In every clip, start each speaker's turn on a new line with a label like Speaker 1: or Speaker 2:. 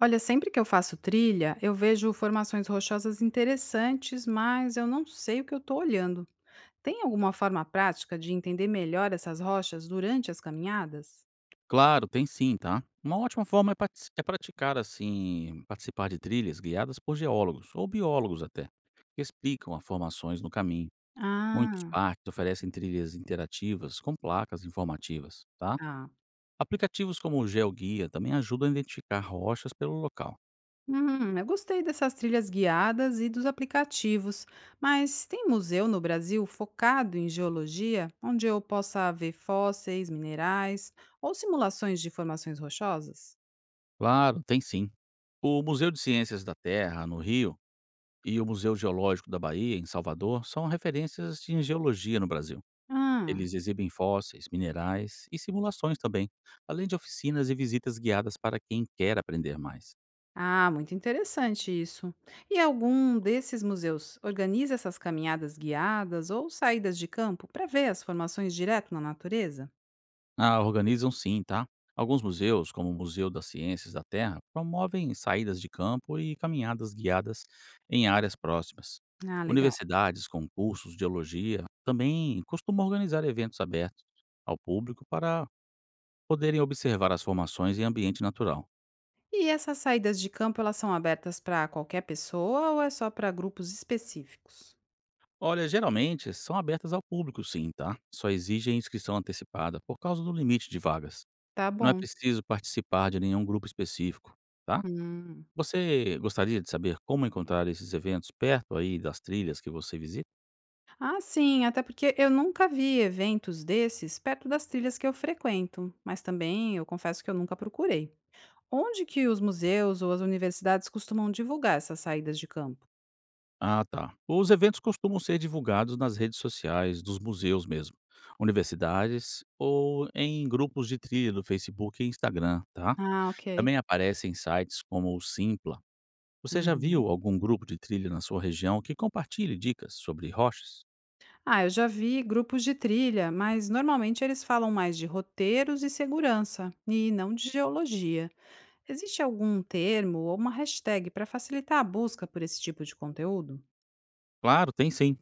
Speaker 1: Olha, sempre que eu faço trilha, eu vejo formações rochosas interessantes, mas eu não sei o que eu estou olhando. Tem alguma forma prática de entender melhor essas rochas durante as caminhadas?
Speaker 2: Claro, tem sim, tá? Uma ótima forma é praticar, assim, participar de trilhas guiadas por geólogos, ou biólogos até, que explicam as formações no caminho. Muitos
Speaker 1: Ah,
Speaker 2: parques oferecem trilhas interativas com placas informativas, tá?
Speaker 1: tá.
Speaker 2: Aplicativos como o GeoGuia também ajudam a identificar rochas pelo local.
Speaker 1: Eu gostei dessas trilhas guiadas e dos aplicativos, mas tem museu no Brasil focado em geologia, onde eu possa ver fósseis, minerais ou simulações de formações rochosas?
Speaker 2: Claro, tem sim. O Museu de Ciências da Terra, no Rio, e o Museu Geológico da Bahia, em Salvador, são referências em geologia no Brasil.
Speaker 1: Ah.
Speaker 2: Eles exibem fósseis, minerais e simulações também, além de oficinas e visitas guiadas para quem quer aprender mais.
Speaker 1: Ah, muito interessante isso. E algum desses museus organiza essas caminhadas guiadas ou saídas de campo para ver as formações direto na natureza?
Speaker 2: Ah, organizam sim, tá? Alguns museus, como o Museu das Ciências da Terra, promovem saídas de campo e caminhadas guiadas em áreas próximas.
Speaker 1: Ah, legal.
Speaker 2: Universidades com cursos de geologia também costumam organizar eventos abertos ao público para poderem observar as formações em ambiente natural.
Speaker 1: E essas saídas de campo, elas são abertas para qualquer pessoa ou é só para grupos específicos?
Speaker 2: Olha, geralmente são abertas ao público, sim, tá? Só exigem inscrição antecipada por causa do limite de vagas.
Speaker 1: Tá
Speaker 2: Não é
Speaker 1: bom.
Speaker 2: preciso participar de nenhum grupo específico, tá?
Speaker 1: Hum.
Speaker 2: Você gostaria de saber como encontrar esses eventos perto aí das trilhas que você visita?
Speaker 1: Ah, sim, até porque eu nunca vi eventos desses perto das trilhas que eu frequento, mas também eu confesso que eu nunca procurei. Onde que os museus ou as universidades costumam divulgar essas saídas de campo?
Speaker 2: Ah, tá. Os eventos costumam ser divulgados nas redes sociais dos museus mesmo, universidades ou em grupos de trilha do Facebook e Instagram, tá?
Speaker 1: Ah, ok.
Speaker 2: Também aparecem sites como o Simpla. Você já
Speaker 1: Uhum.
Speaker 2: viu algum grupo de trilha na sua região que compartilhe dicas sobre rochas?
Speaker 1: Ah, eu já vi grupos de trilha, mas normalmente eles falam mais de roteiros e segurança, e não de geologia. Existe algum termo ou uma hashtag para facilitar a busca por esse tipo de conteúdo?
Speaker 2: Claro, tem sim.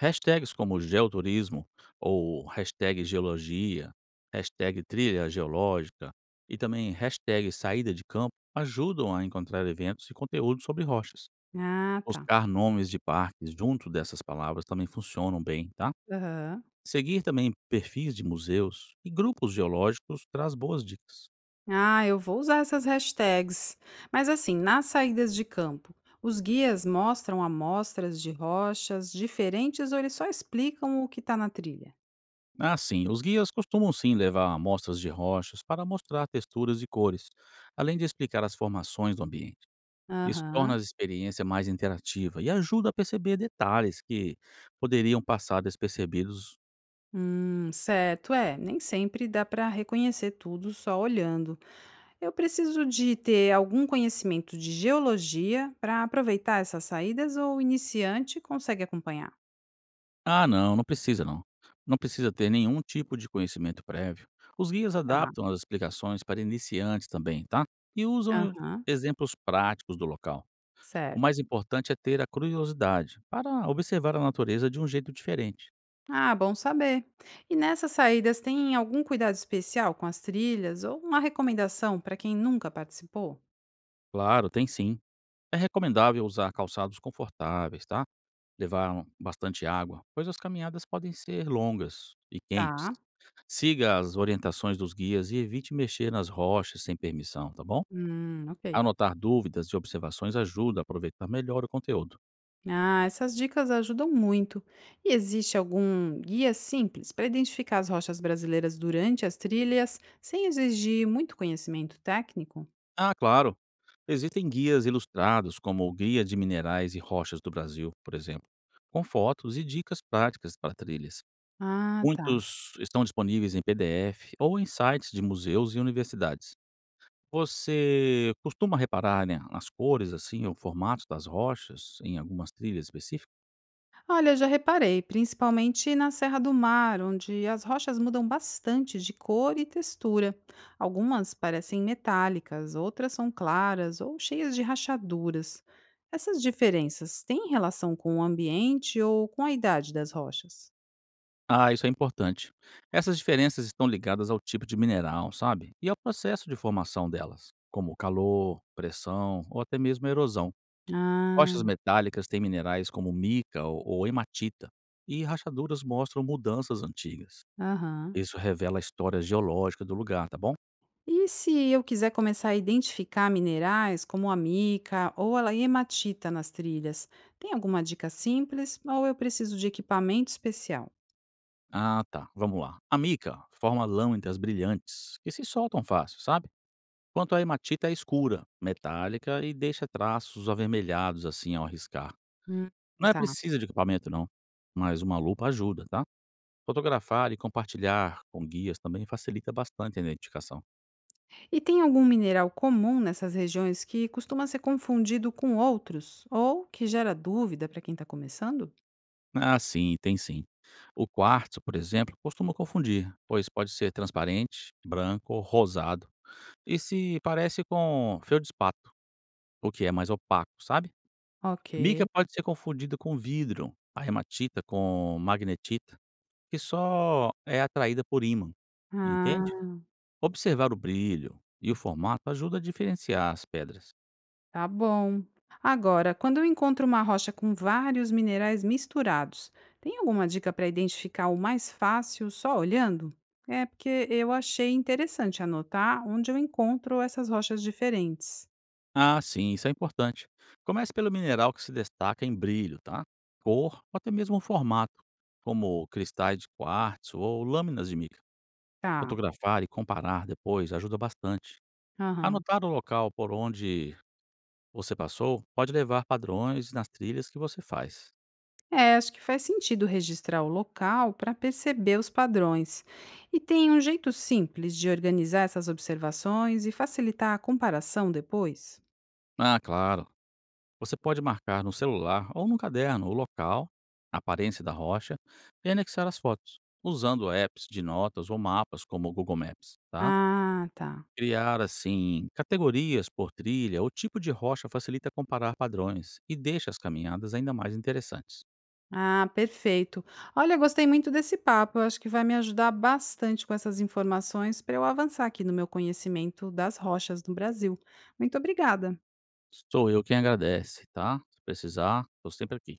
Speaker 2: Hashtags como geoturismo ou hashtag geologia, hashtag trilha geológica e também hashtag saída de campo ajudam a encontrar eventos e conteúdo sobre rochas.
Speaker 1: Ah, tá.
Speaker 2: Buscar nomes de parques junto dessas palavras também funcionam bem, tá?
Speaker 1: Aham.
Speaker 2: Seguir também perfis de museus e grupos geológicos traz boas dicas.
Speaker 1: Ah, eu vou usar essas hashtags. Mas assim, nas saídas de campo, os guias mostram amostras de rochas diferentes ou eles só explicam o que está na trilha?
Speaker 2: Ah, sim. Os guias costumam sim levar amostras de rochas para mostrar texturas e cores, além de explicar as formações do ambiente. Isso torna a
Speaker 1: Aham.
Speaker 2: experiência mais interativa e ajuda a perceber detalhes que poderiam passar despercebidos.
Speaker 1: Certo, é, nem sempre dá para reconhecer tudo só olhando. Eu preciso de ter algum conhecimento de geologia para aproveitar essas saídas ou o iniciante consegue acompanhar?
Speaker 2: Ah, não, não precisa não. Não precisa ter nenhum tipo de conhecimento prévio. Os guias
Speaker 1: Tá.
Speaker 2: adaptam as explicações para iniciantes também, tá? E usam
Speaker 1: Aham,
Speaker 2: exemplos práticos do local. O
Speaker 1: certo.
Speaker 2: mais importante é ter a curiosidade para observar a natureza de um jeito diferente.
Speaker 1: Ah, bom saber. E nessas saídas tem algum cuidado especial com as trilhas ou uma recomendação para quem nunca participou?
Speaker 2: Claro, tem sim. É recomendável usar calçados confortáveis, tá? Levar bastante água, pois as caminhadas podem ser longas e quentes.
Speaker 1: Tá.
Speaker 2: Siga as orientações dos guias e evite mexer nas rochas sem permissão, tá bom?
Speaker 1: Ok.
Speaker 2: Anotar dúvidas e observações ajuda a aproveitar melhor o conteúdo.
Speaker 1: Ah, essas dicas ajudam muito. E existe algum guia simples para identificar as rochas brasileiras durante as trilhas, sem exigir muito conhecimento técnico?
Speaker 2: Ah, claro! Existem guias ilustrados, como o Guia de Minerais e Rochas do Brasil, por exemplo, com fotos e dicas práticas para trilhas.
Speaker 1: Ah, tá.
Speaker 2: Muitos estão disponíveis em PDF ou em sites de museus e universidades. Você costuma reparar né, nas cores, assim, ou formatos das rochas em algumas trilhas específicas?
Speaker 1: Olha, já reparei, principalmente na Serra do Mar, onde as rochas mudam bastante de cor e textura. Algumas parecem metálicas, outras são claras ou cheias de rachaduras. Essas diferenças têm relação com o ambiente ou com a idade das rochas?
Speaker 2: Ah, isso é importante. Essas diferenças estão ligadas ao tipo de mineral, sabe? E ao processo de formação delas, como calor, pressão ou até mesmo erosão. Rochas
Speaker 1: Ah,
Speaker 2: metálicas têm minerais como mica ou hematita, e rachaduras mostram mudanças antigas.
Speaker 1: aham.
Speaker 2: Isso revela a história geológica do lugar, tá bom?
Speaker 1: E se eu quiser começar a identificar minerais como a mica ou a hematita nas trilhas, tem alguma dica simples ou eu preciso de equipamento especial?
Speaker 2: Ah, tá. Vamos lá. A mica forma lâminas brilhantes que se soltam fácil, sabe? Enquanto a hematita é escura, metálica e deixa traços avermelhados assim ao riscar.
Speaker 1: Hum,
Speaker 2: Não é
Speaker 1: tá.
Speaker 2: preciso de equipamento, não, mas uma lupa ajuda, tá? Fotografar e compartilhar com guias também facilita bastante a identificação.
Speaker 1: E tem algum mineral comum nessas regiões que costuma ser confundido com outros ou que gera dúvida para quem está começando?
Speaker 2: Ah, sim, tem sim. O quartzo, por exemplo, costuma confundir, pois pode ser transparente, branco ou rosado e se parece com feldspato, o que é mais opaco, sabe? Mica
Speaker 1: Ok.
Speaker 2: pode ser confundida com vidro, a hematita com magnetita, que só é atraída por ímã, entende?
Speaker 1: Ah.
Speaker 2: Observar o brilho e o formato ajuda a diferenciar as pedras.
Speaker 1: Tá bom. Agora, quando eu encontro uma rocha com vários minerais misturados, tem alguma dica para identificar o mais fácil só olhando? É porque eu achei interessante anotar onde eu encontro essas rochas diferentes.
Speaker 2: Ah, sim, isso é importante. Comece pelo mineral que se destaca em brilho, tá? Cor ou até mesmo formato, como cristais de quartzo ou lâminas de mica.
Speaker 1: Tá.
Speaker 2: Fotografar e comparar depois ajuda bastante.
Speaker 1: Aham.
Speaker 2: Anotar o local por onde você passou pode levar padrões nas trilhas que você faz.
Speaker 1: É, acho que faz sentido registrar o local para perceber os padrões. E tem um jeito simples de organizar essas observações e facilitar a comparação depois?
Speaker 2: Ah, claro. Você pode marcar no celular ou no caderno o local, a aparência da rocha e anexar as fotos, usando apps de notas ou mapas como o Google Maps, tá?
Speaker 1: Ah, tá.
Speaker 2: Criar, assim, categorias por trilha ou tipo de rocha facilita comparar padrões e deixa as caminhadas ainda mais interessantes.
Speaker 1: Ah, perfeito. Olha, gostei muito desse papo. Eu acho que vai me ajudar bastante com essas informações para eu avançar aqui no meu conhecimento das rochas no Brasil. Muito obrigada.
Speaker 2: Sou eu quem agradece, tá? Se precisar, estou sempre aqui.